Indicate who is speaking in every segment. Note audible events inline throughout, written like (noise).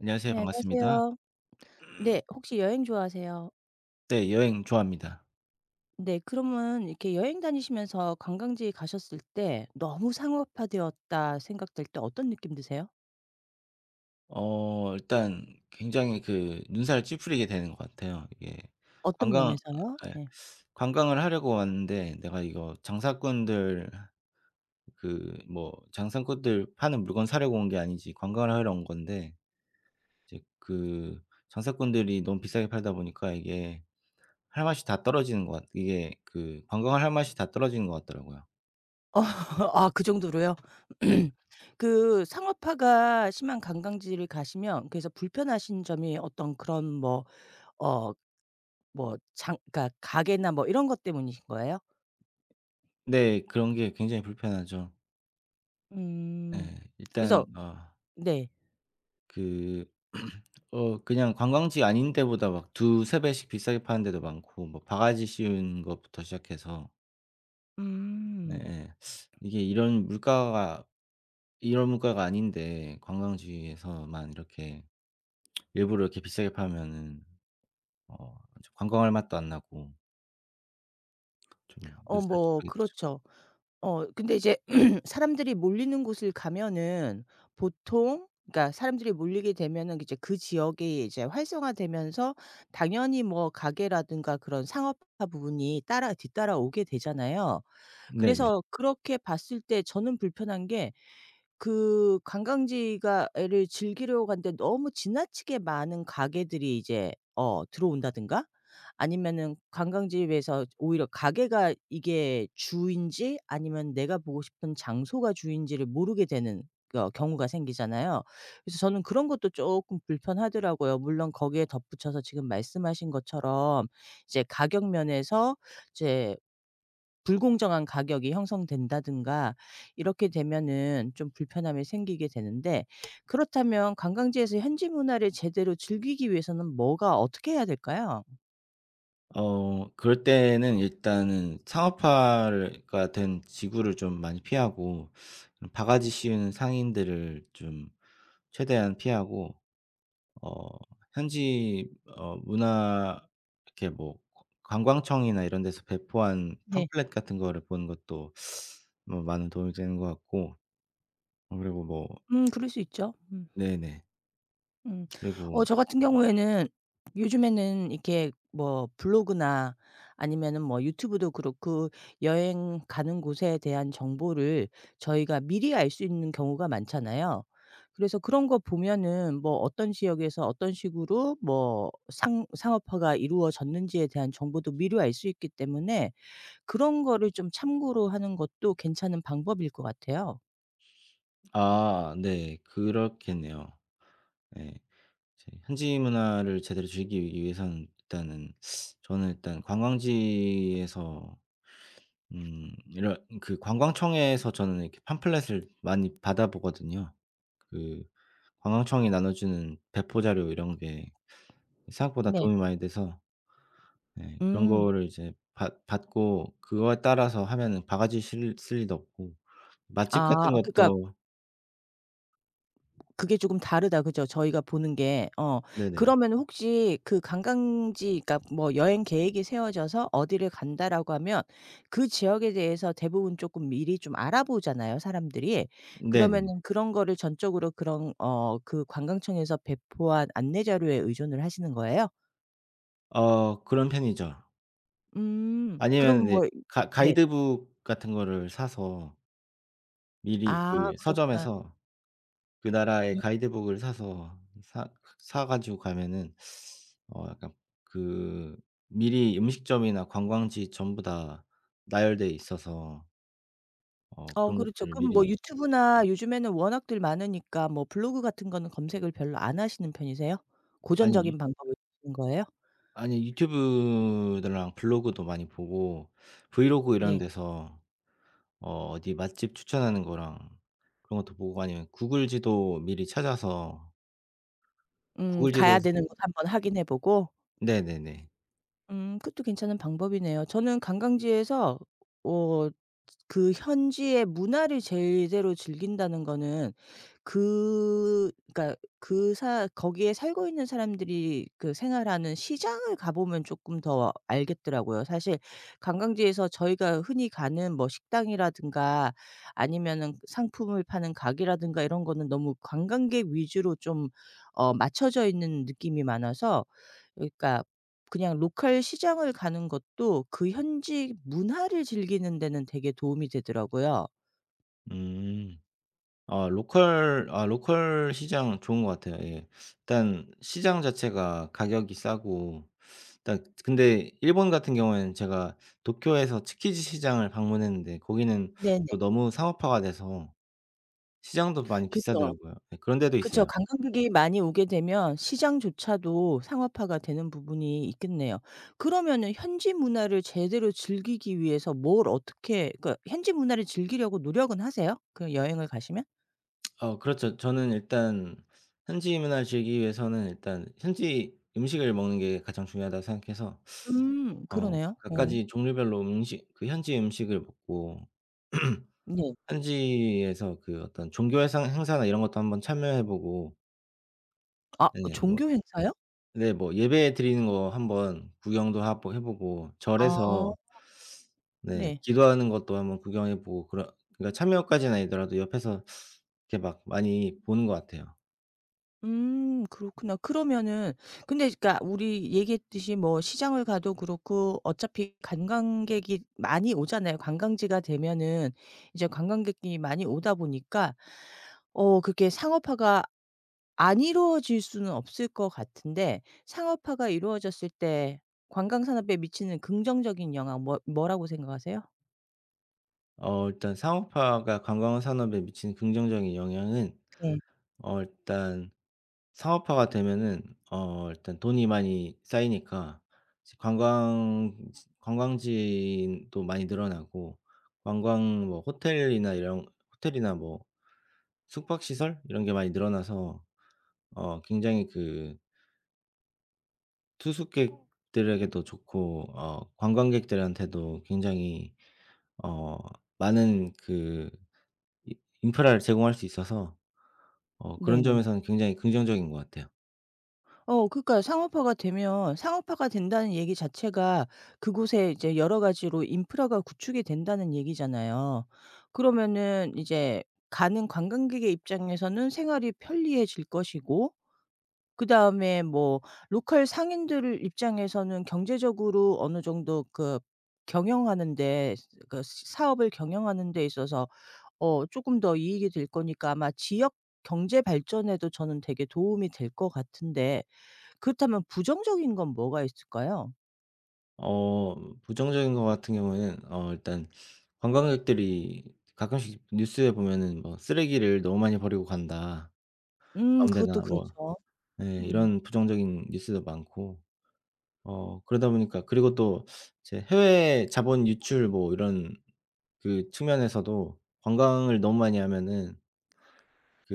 Speaker 1: 안녕하세요.
Speaker 2: 네,
Speaker 1: 반갑습니다.
Speaker 2: 안녕하세요. 네, 혹시 여행 좋아하세요?
Speaker 1: 네 여행 좋아합니다.
Speaker 2: 네, 그러면 이렇게 여행 다니시면서 관광지 가셨을 때 '너무 상업화되었다.' 생각될 때 어떤 느낌 드세요?
Speaker 1: 일단 굉장히 그 눈살 찌푸리게 되는 것 같아요. 이게
Speaker 2: 어떤
Speaker 1: 관광
Speaker 2: 면에서요?
Speaker 1: 예
Speaker 2: 네.
Speaker 1: 관광을 하려고 왔는데 '내가 이거 장사꾼들 그 뭐 장사꾼들 파는 물건 사려고 온 게 아니지 관광을 하러 온 건데' 이제 그 장사꾼들이 너무 비싸게 팔다 보니까 이게 할 맛이 다 떨어지는 것 같 이게 그 관광을 할 맛이 다 떨어지는 것 같더라고요.
Speaker 2: 어 (laughs) 아, 그 정도로요?
Speaker 1: 네.
Speaker 2: (clears throat) 그 상업화가 심한 관광지를 가시면 그래서 불편하신 점이 어떤 그런 뭐, 어 뭐, 장 그러니까 가게나 뭐 이런 것 때문이신 거예요?
Speaker 1: 네. 그런 게 굉장히 불편하죠.
Speaker 2: 음.
Speaker 1: 예.
Speaker 2: 그래서.
Speaker 1: 일단
Speaker 2: 네.
Speaker 1: 그 (clears throat) 그냥 관광지 아닌 데보다 막 2-3 배씩 비싸게 파는 데도 많고 뭐 바가지 씌운 것부터 시작해서
Speaker 2: 음.
Speaker 1: 예예. 이게 이런 물가가 아닌데 관광지에서만 이렇게 일부러 이렇게 비싸게 파면은 어 관광할 맛도 안 나고 좀 느슨해지게
Speaker 2: 뭐
Speaker 1: 되죠.
Speaker 2: 그렇죠. 근데 이제 (clears throat) 사람들이 몰리는 곳을 가면은, 보통 그러니까 사람들이 몰리게 되면은 이제 그 지역이 이제 활성화되면서 당연히 뭐 가게라든가 그런 상업화 부분이 따라 뒤따라오게 되잖아요.
Speaker 1: 네네.
Speaker 2: 그래서 그렇게 봤을 때 저는 불편한 게, 그 관광지가 를 즐기려고 갔는데 너무 지나치게 많은 가게들이 이제 들어온다든가, 아니면은 관광지 외에서 오히려 가게가 이게 주인지 아니면 내가 보고 싶은 장소가 주인지를 모르게 되는 경우가 생기잖아요. 그래서 저는 그런 것도 조금 불편하더라고요. 물론 거기에 덧붙여서 지금 말씀하신 것처럼 이제 가격 면에서 이제 불공정한 가격이 형성된다든가, 이렇게 되면은 좀 불편함이 생기게 되는데, 그렇다면 관광지에서 현지 문화를 제대로 즐기기 위해서는 뭐가 어떻게 해야 될까요?
Speaker 1: 그럴 때는 일단은 상업화가 된 지구를 좀 많이 피하고 바가지 씌우는 상인들을 좀 최대한 피하고 어 현지 문화 이렇게 뭐 관광청이나 이런 데서 배포한
Speaker 2: 네.
Speaker 1: 팜플렛 같은 거를 보는 것도 뭐 많은 도움이 되는 것 같고 어 그리고 뭐
Speaker 2: 음, 그럴 수 있죠. 음.
Speaker 1: 네네.
Speaker 2: 음.
Speaker 1: 그리고
Speaker 2: 저 같은 경우에는 요즘에는 이렇게 뭐 블로그나, 아니면은 뭐 유튜브도 그렇고, 여행 가는 곳에 대한 정보를 저희가 미리 알 수 있는 경우가 많잖아요. 그래서 그런 거 보면은 뭐 어떤 지역에서 어떤 식으로 뭐 상 상업화가 이루어졌는지에 대한 정보도 미리 알 수 있기 때문에, 그런 거를 좀 참고로 하는 것도 괜찮은 방법일 것 같아요.
Speaker 1: 아 네. 그렇겠네요. 네. 제 현지 문화를 제대로 즐기기 위해서는 일단은 저는 일단 관광지에서 이런 그 관광청에서 저는 이렇게 팜플렛을 많이 받아보거든요. 그 관광청이 나눠주는 배포 자료 이런 게 생각보다
Speaker 2: 네.
Speaker 1: 도움이 많이 돼서 예 그런
Speaker 2: 음.
Speaker 1: 거를 이제 받 받고 그거에 따라서 하면은 바가지 실 쓸 일도 없고 맛집
Speaker 2: 아,
Speaker 1: 같은
Speaker 2: 그러니까
Speaker 1: 것도
Speaker 2: 그게 조금 다르다 그죠? 저희가 보는 게. 어. 그
Speaker 1: 네네.
Speaker 2: 러면 혹시 그 관광지, 그러니까 뭐 여행 계획이 세워져서 어디를 간다라고 하면, 그 지역에 대해서 대부분 조금 미리 좀 알아보잖아요, 사람들이.
Speaker 1: 네네.
Speaker 2: 그러면은 그런 거를 전적으로 그런 그 관광청에서 배포한 안내 자료에 의존을 하시는 거예요?
Speaker 1: 그런 편이죠.
Speaker 2: 음.
Speaker 1: 아니면
Speaker 2: 그럼
Speaker 1: 이제
Speaker 2: 뭐.
Speaker 1: 가
Speaker 2: 네.
Speaker 1: 가이드북 같은 거를 사서 미리
Speaker 2: 아,
Speaker 1: 그
Speaker 2: 그렇구나.
Speaker 1: 서점에서 그 나라의 가이드북을 사서 사 가지고 가면은 약간 그 미리 음식점이나 관광지 전부 다 나열돼 있어서 그런
Speaker 2: 그렇죠.
Speaker 1: 것들을
Speaker 2: 그럼 뭐
Speaker 1: 미리
Speaker 2: 유튜브나 요즘에는 워낙들 많으니까 뭐 블로그 같은 거는 검색을 별로 안 하시는 편이세요?
Speaker 1: 아니 유
Speaker 2: 고전적인 방법을 쓰시는 거예요?
Speaker 1: 아니 유튜브들랑 블로그도 많이 보고 브이로그 이런
Speaker 2: 네.
Speaker 1: 데서 어디 맛집 추천하는 거랑 그런 것도 보고 아니면 구글 지도 미리 찾아서
Speaker 2: 음,
Speaker 1: 구글
Speaker 2: 가야
Speaker 1: 지도에서
Speaker 2: 되는 곳 한번 확인해 보고.
Speaker 1: 네네네.
Speaker 2: 음, 그것도 괜찮은 방법이네요. 저는 관광지에서 어 그 현지의 문화를 제대로 즐긴다는 거는, 그, 그러니까 그 사 거기에 살고 있는 사람들이 그 생활하는 시장을 가 보면 조금 더 알겠더라고요, 사실. 관광지에서 저희가 흔히 가는 뭐 식당이라든가, 아니면은 상품을 파는 가게라든가 이런 거는 너무 관광객 위주로 좀 맞춰져 있는 느낌이 많아서, 그러니까 그냥 로컬 시장을 가는 것도 그 현지 문화를 즐기는 데는 되게 도움이 되더라고요.
Speaker 1: 음. 아 로컬 아 로컬 시장 좋은 것 같아요. 예. 일단 시장 자체가 가격이 싸고 일단 근데 일본 같은 경우에는 제가 도쿄에서 츠키지 시장을 방문했는데 거기는
Speaker 2: 네네.
Speaker 1: 또 너무 상업화가 돼서 시장도 많이
Speaker 2: 그죠.
Speaker 1: 비싸더라고요. 예 그런 데도
Speaker 2: 그쵸.
Speaker 1: 있어요.
Speaker 2: 관광객이 많이 오게 되면 시장조차도 상업화가 되는 부분이 있겠네요. 그러면은 현지 문화를 제대로 즐기기 위해서 뭘 어떻게, 그러니까 현지 문화를 즐기려고 노력은 하세요? 그 여행을 가시면?
Speaker 1: 그렇죠. 저는 일단 현지 문화를 즐기기 위해서는 일단 현지 음식을 먹는 게 가장 중요하다고 생각해서
Speaker 2: 음,
Speaker 1: 어
Speaker 2: 그러네요.
Speaker 1: 각가
Speaker 2: 어.
Speaker 1: 지 종류별로 음식 그 현지 음식을 먹고
Speaker 2: 네.
Speaker 1: 현지에서 그 어떤 종교 회상 행사나 이런 것도 한번 참여해 보고
Speaker 2: 아,
Speaker 1: 네 뭐
Speaker 2: 종교 행사요?
Speaker 1: 네 뭐 예배 드리는 거 한번 구경도 하고 해 보고
Speaker 2: 아.
Speaker 1: 절에서 네
Speaker 2: 네.
Speaker 1: 기도하는 것도 한번 구경해 보고 그런 그러니까 참여까지는 아니더라도 옆에서 이렇게 막 많이 보는 것 같아요.
Speaker 2: 음, 그렇구나. 그러면은, 근데 그니까 우리 얘기했듯이 뭐 시장을 가도 그렇고 어차피 관광객이 많이 오잖아요. 관광지가 되면은 이제 관광객이 많이 오다 보니까 그게 상업화가 안 이루어질 수는 없을 것 같은데, 상업화가 이루어졌을 때 관광 산업에 미치는 긍정적인 영향 뭐, 뭐라고 생각하세요?
Speaker 1: 일단 상업화가 관광 산업에 미치는 긍정적인 영향은
Speaker 2: 네.
Speaker 1: 일단 사업화가 되면은 일단 돈이 많이 쌓이니까 이제 관광지도 많이 늘어나고 관광 뭐 호텔이나 뭐 숙박시설 이런 게 많이 늘어나서 굉장히 그 투숙객들에게도 좋고 관광객들한테도 굉장히 어 많은 그 이 인프라를 제공할 수 있어서 그런
Speaker 2: 네네.
Speaker 1: 점에서는 굉장히 긍정적인 것 같아요.
Speaker 2: 그러니까 상업화가 되면 상업화가 된다는 얘기 자체가 그곳에 이제 여러 가지로 인프라가 구축이 된다는 얘기잖아요. 그러면은 이제 가는 관광객의 입장에서는 생활이 편리해질 것이고, 그다음에 뭐 로컬 상인들 입장에서는 경제적으로 어느 정도 그 경영하는 데, 사업을 경영하는 데 있어서 조금 더 이익이 될 거니까 아마 지역 경제 발전에도 저는 되게 도움이 될 것 같은데, 그렇다면 부정적인 건 뭐가 있을까요?
Speaker 1: 어 부정적인 것 같은 경우에는 일단 관광객들이 가끔씩 뉴스에 보면은 뭐 "쓰레기를 너무 많이 버리고 간다."
Speaker 2: 음,
Speaker 1: 아무
Speaker 2: 그것도
Speaker 1: 데나 뭐
Speaker 2: 그렇죠.
Speaker 1: 예
Speaker 2: 음.
Speaker 1: 이런 부정적인 뉴스도 많고 그러다 보니까 그리고 또 이제 해외 자본 유출 뭐 이런 그 측면에서도 관광을 너무 많이 하면은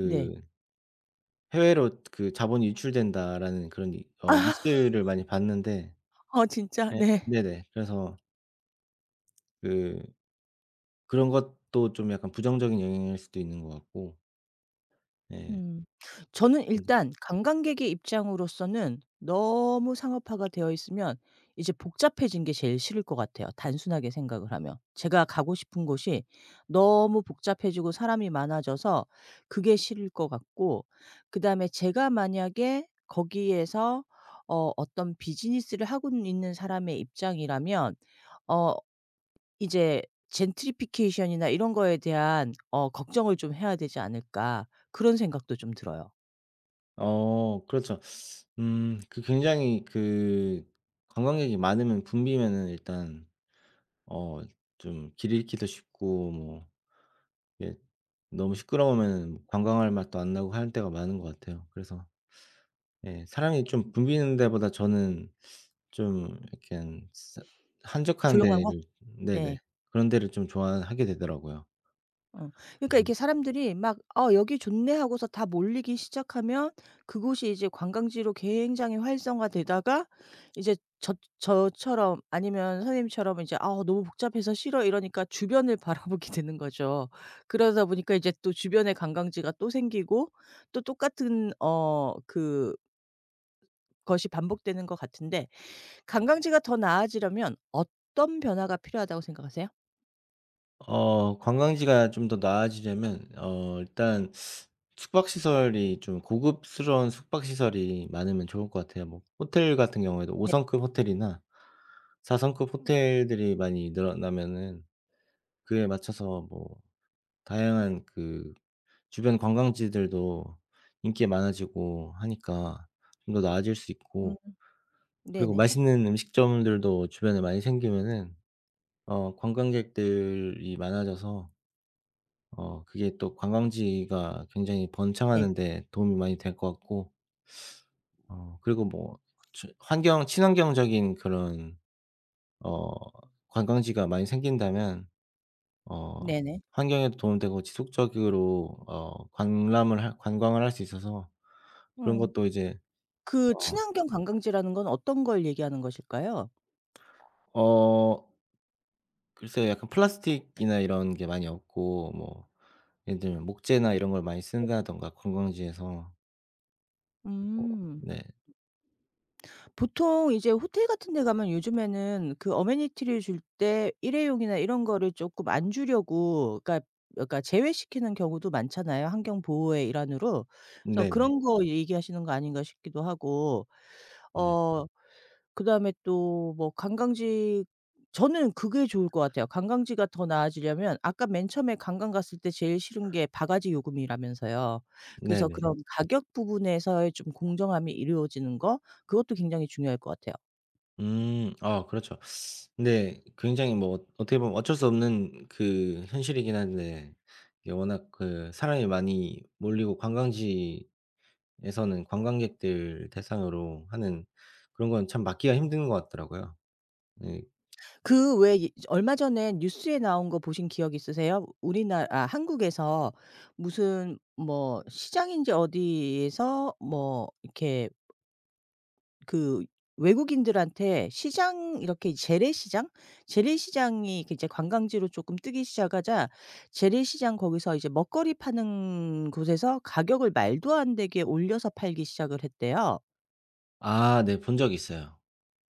Speaker 2: 네.
Speaker 1: "해외로 그 자본이 유출된다."라는 그런 이 어
Speaker 2: (laughs)
Speaker 1: 뉴스를 많이 봤는데
Speaker 2: 아, 진짜?
Speaker 1: 예
Speaker 2: 네.
Speaker 1: 네네. 그래서 그 그런 것도 좀 약간 부정적인 영향일 수도 있는 것 같고. 예.
Speaker 2: 음. 저는
Speaker 1: 좀
Speaker 2: 일단 관광객의 입장으로서는 너무 상업화가 되어 있으면 이제 복잡해진 게 제일 싫을 것 같아요, 단순하게 생각을 하면. 제가 가고 싶은 곳이 너무 복잡해지고 사람이 많아져서 그게 싫을 것 같고, 그다음에 제가 만약에 거기에서 어떤 비즈니스를 하고 있는 사람의 입장이라면 어 이제 젠트리피케이션이나 이런 거에 대한 걱정을 좀 해야 되지 않을까, 그런 생각도 좀 들어요.
Speaker 1: 그렇죠. 그 굉장히 그 관광객이 많으면 붐비면은 일단 어 좀 길 잃기도 쉽고 뭐 이게 너무 시끄러우면은 뭐 관광할 맛도 안 나고 할 때가 많은 것 같아요. 그래서 예 사람이 좀 붐비는 데보다 저는 좀 약간 사 한적한
Speaker 2: 조용한 곳?
Speaker 1: 데를 네네.
Speaker 2: 네.
Speaker 1: 그런 데를 좀 좋아하게 되더라고요.
Speaker 2: 어. 그러니까
Speaker 1: 그래서
Speaker 2: 이렇게 사람들이 막 '어 여기 좋네.' 하고서 다 몰리기 시작하면 그곳이 이제 관광지로 굉장히 활성화되다가 이제 저처럼 아니면 선생님처럼 이제 '아, 너무 복잡해서 싫어.' 이러니까 주변을 (laughs) 바라보게 되는 거죠. 그러다 보니까 이제 또 주변에 관광지가 또 생기고 또 똑같은 어그 것이 반복되는 것 같은데, 관광지가 더 나아지려면 어떤 변화가 필요하다고 생각하세요?
Speaker 1: 관광지가 좀 더 나아지려면 일단 숙박시설이 좀 고급스러운 숙박시설이 많으면 좋을 것 같아요. 뭐 호텔 같은 경우에도 5
Speaker 2: 네.
Speaker 1: 성급 호텔이나 4 성급 호텔들이 많이 늘어나면은 그에 맞춰서 뭐 다양한 그 주변 관광지들도 인기가 많아지고 하니까 좀 더 나아질 수
Speaker 2: 음.
Speaker 1: 있고 그리고
Speaker 2: 네네.
Speaker 1: 맛있는 음식점들도 주변에 많이 생기면은 관광객들이 많아져서 그게 또 관광지가 굉장히
Speaker 2: 네.
Speaker 1: 번창하는 데 도움이 많이 될 것 같고 어 그리고 뭐 저 환경 친환경적인 그런 어 관광지가 많이 생긴다면 어
Speaker 2: 네네.
Speaker 1: 환경에도 도움되고 지속적으로 관람을 할 관광을 할 수 있어서 그런
Speaker 2: 음.
Speaker 1: 것도 이제
Speaker 2: 그
Speaker 1: 어
Speaker 2: 친환경 관광지라는 건 어떤 걸 얘기하는 것일까요?
Speaker 1: 어 글쎄요. 약간 플라스틱이나 이런 게 많이 없고 뭐 예를 들면 목재나 이런 걸 많이 쓴다든가 관광지에서 뭐
Speaker 2: 음.
Speaker 1: 네.
Speaker 2: 보통 이제 호텔 같은 데 가면 요즘에는 그 어메니티를 줄 때 일회용이나 이런 거를 쪼끔 안 주려고 그러니까, 그러니까 제외시키는 경우도 많잖아요, 환경 보호의 일환으로. 그래서
Speaker 1: 네네.
Speaker 2: 그런 거 얘기하시는 거 아닌가 싶기도 하고.
Speaker 1: 네.
Speaker 2: 어 그다음에 또 뭐 관광지, 저는 그게 좋을 것 같아요. 관광지가 더 나아지려면 아까 맨 처음에 관광 갔을 때 제일 싫은 게 바가지 요금이라면서요. 그래서
Speaker 1: 네네.
Speaker 2: 그런 가격 부분에서의 좀 공정함이 이루어지는 거, 그것도 굉장히 중요할 것 같아요.
Speaker 1: 음. 아 그렇죠. 근데 굉장히 뭐 어떻게 보면 어쩔 수 없는 그 현실이긴 한데 이게 워낙 그 사람이 많이 몰리고 관광지에서는 관광객들 대상으로 하는 그런 건 참 막기가 힘든 것 같더라고요. 네.
Speaker 2: 그 왜, 얼마 전에 뉴스에 나온 거 보신 기억 있으세요? 우리나 아 한국에서 무슨 뭐 시장인지 어디에서 뭐 이렇게 그, 외국인들한테 시장 이렇게, 재래시장? 재래시장이 이렇게 이제 관광지로 조금 뜨기 시작하자 재래시장 거기서 이제 먹거리 파는 곳에서 가격을 말도 안 되게 올려서 팔기 시작을 했대요.
Speaker 1: 아 네. 본 적 있어요.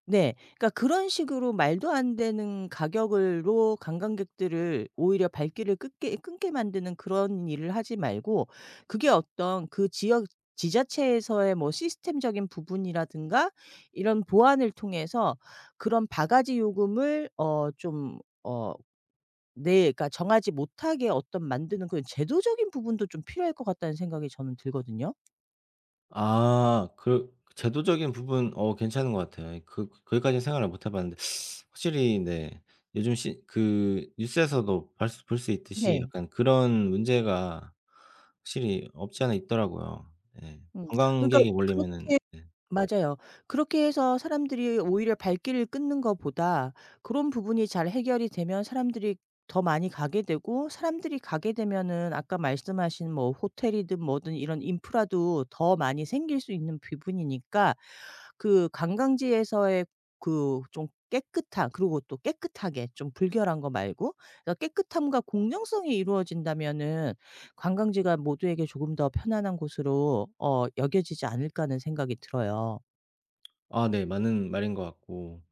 Speaker 2: 네. 그러니까 그런 식으로 말도 안 되는 가격으로 관광객들을 오히려 발길을 끊게 만드는 그런 일을 하지 말고, 그게 어떤 그 지역 지자체에서의 뭐 시스템적인 부분이라든가 이런 보완을 통해서 그런 바가지 요금을 좀 네, 그러니까 정하지 못하게 어떤 만드는 그런 제도적인 부분도 좀 필요할 것 같다는 생각이 저는 들거든요.
Speaker 1: 아 그 제도적인 부분 괜찮은 것 같아요. 그 거기까지는 생각을 못 해 봤는데 확실히 네 요즘 시 그 뉴스에서도 수볼수 볼수 있듯이
Speaker 2: 네.
Speaker 1: 약간 그런 문제가 확실히 없지 않아 있더라고요. 예.
Speaker 2: 음. 그러니까
Speaker 1: 관광객이 몰리면은
Speaker 2: 그렇게,
Speaker 1: 네.
Speaker 2: 맞아요. 그렇게 해서 사람들이 오히려 발길을 끊는 것보다 그런 부분이 잘 해결이 되면 사람들이 더 많이 가게 되고, 사람들이 가게 되면은 아까 말씀하신 뭐 호텔이든 뭐든 이런 인프라도 더 많이 생길 수 있는 부분이니까 그 관광지에서의 그 좀 깨끗한, 그리고 또 깨끗하게 좀 불결한 거 말고, 그러니까 깨끗함과 공정성이 이루어진다면은 관광지가 모두에게 조금 더 편안한 곳으로 여겨지지 않을까 하는 생각이 들어요.
Speaker 1: 아 네 맞는 말인 것 같고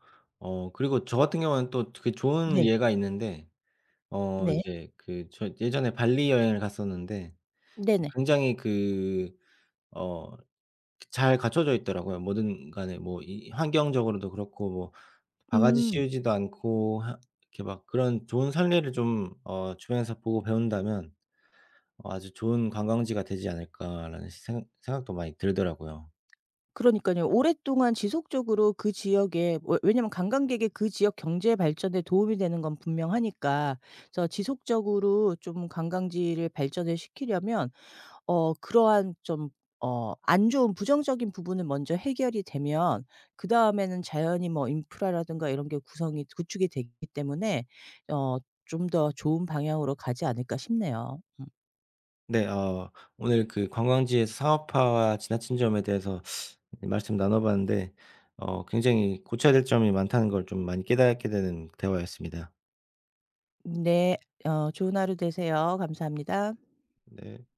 Speaker 1: 그리고 저 같은 경우는 또 그 좋은
Speaker 2: 네.
Speaker 1: 예가 있는데
Speaker 2: 네.
Speaker 1: 이제 그 저 예전에 발리 여행을 갔었는데
Speaker 2: 네네.
Speaker 1: 굉장히 그 어 잘 갖춰져 있더라고요. 뭐든 간에 뭐 이 환경적으로도 그렇고 뭐 바가지
Speaker 2: 음.
Speaker 1: 씌우지도 않고 하 이렇게 막 그런 좋은 선례를 좀 주변에서 보고 배운다면 '아주 좋은 관광지가 되지 않을까.'라는 생각도 많이 들더라고요.
Speaker 2: 그러니깐요. 오랫동안 지속적으로 그 지역에, 왜 왜냐면 관광객이 그 지역 경제 발전에 도움이 되는 건 분명하니까. 그래서 지속적으로 좀 관광지를 발전을 시키려면 그러한 좀 안 좋은 부정적인 부분은 먼저 해결이 되면 그다음에는 자연히 뭐 인프라라든가 이런 게 구성이 구축이 되기 때문에 어 좀 더 좋은 방향으로 가지 않을까 싶네요. 음.
Speaker 1: 네 어 오늘 그 관광지에서 상업화와 지나친 점에 대해서 말씀 나눠 봤는데 굉장히 고쳐야 될 점이 많다는 걸 좀 많이 깨닫게 되는 대화였습니다.
Speaker 2: 네. 좋은 하루 되세요. 감사합니다.
Speaker 1: 네.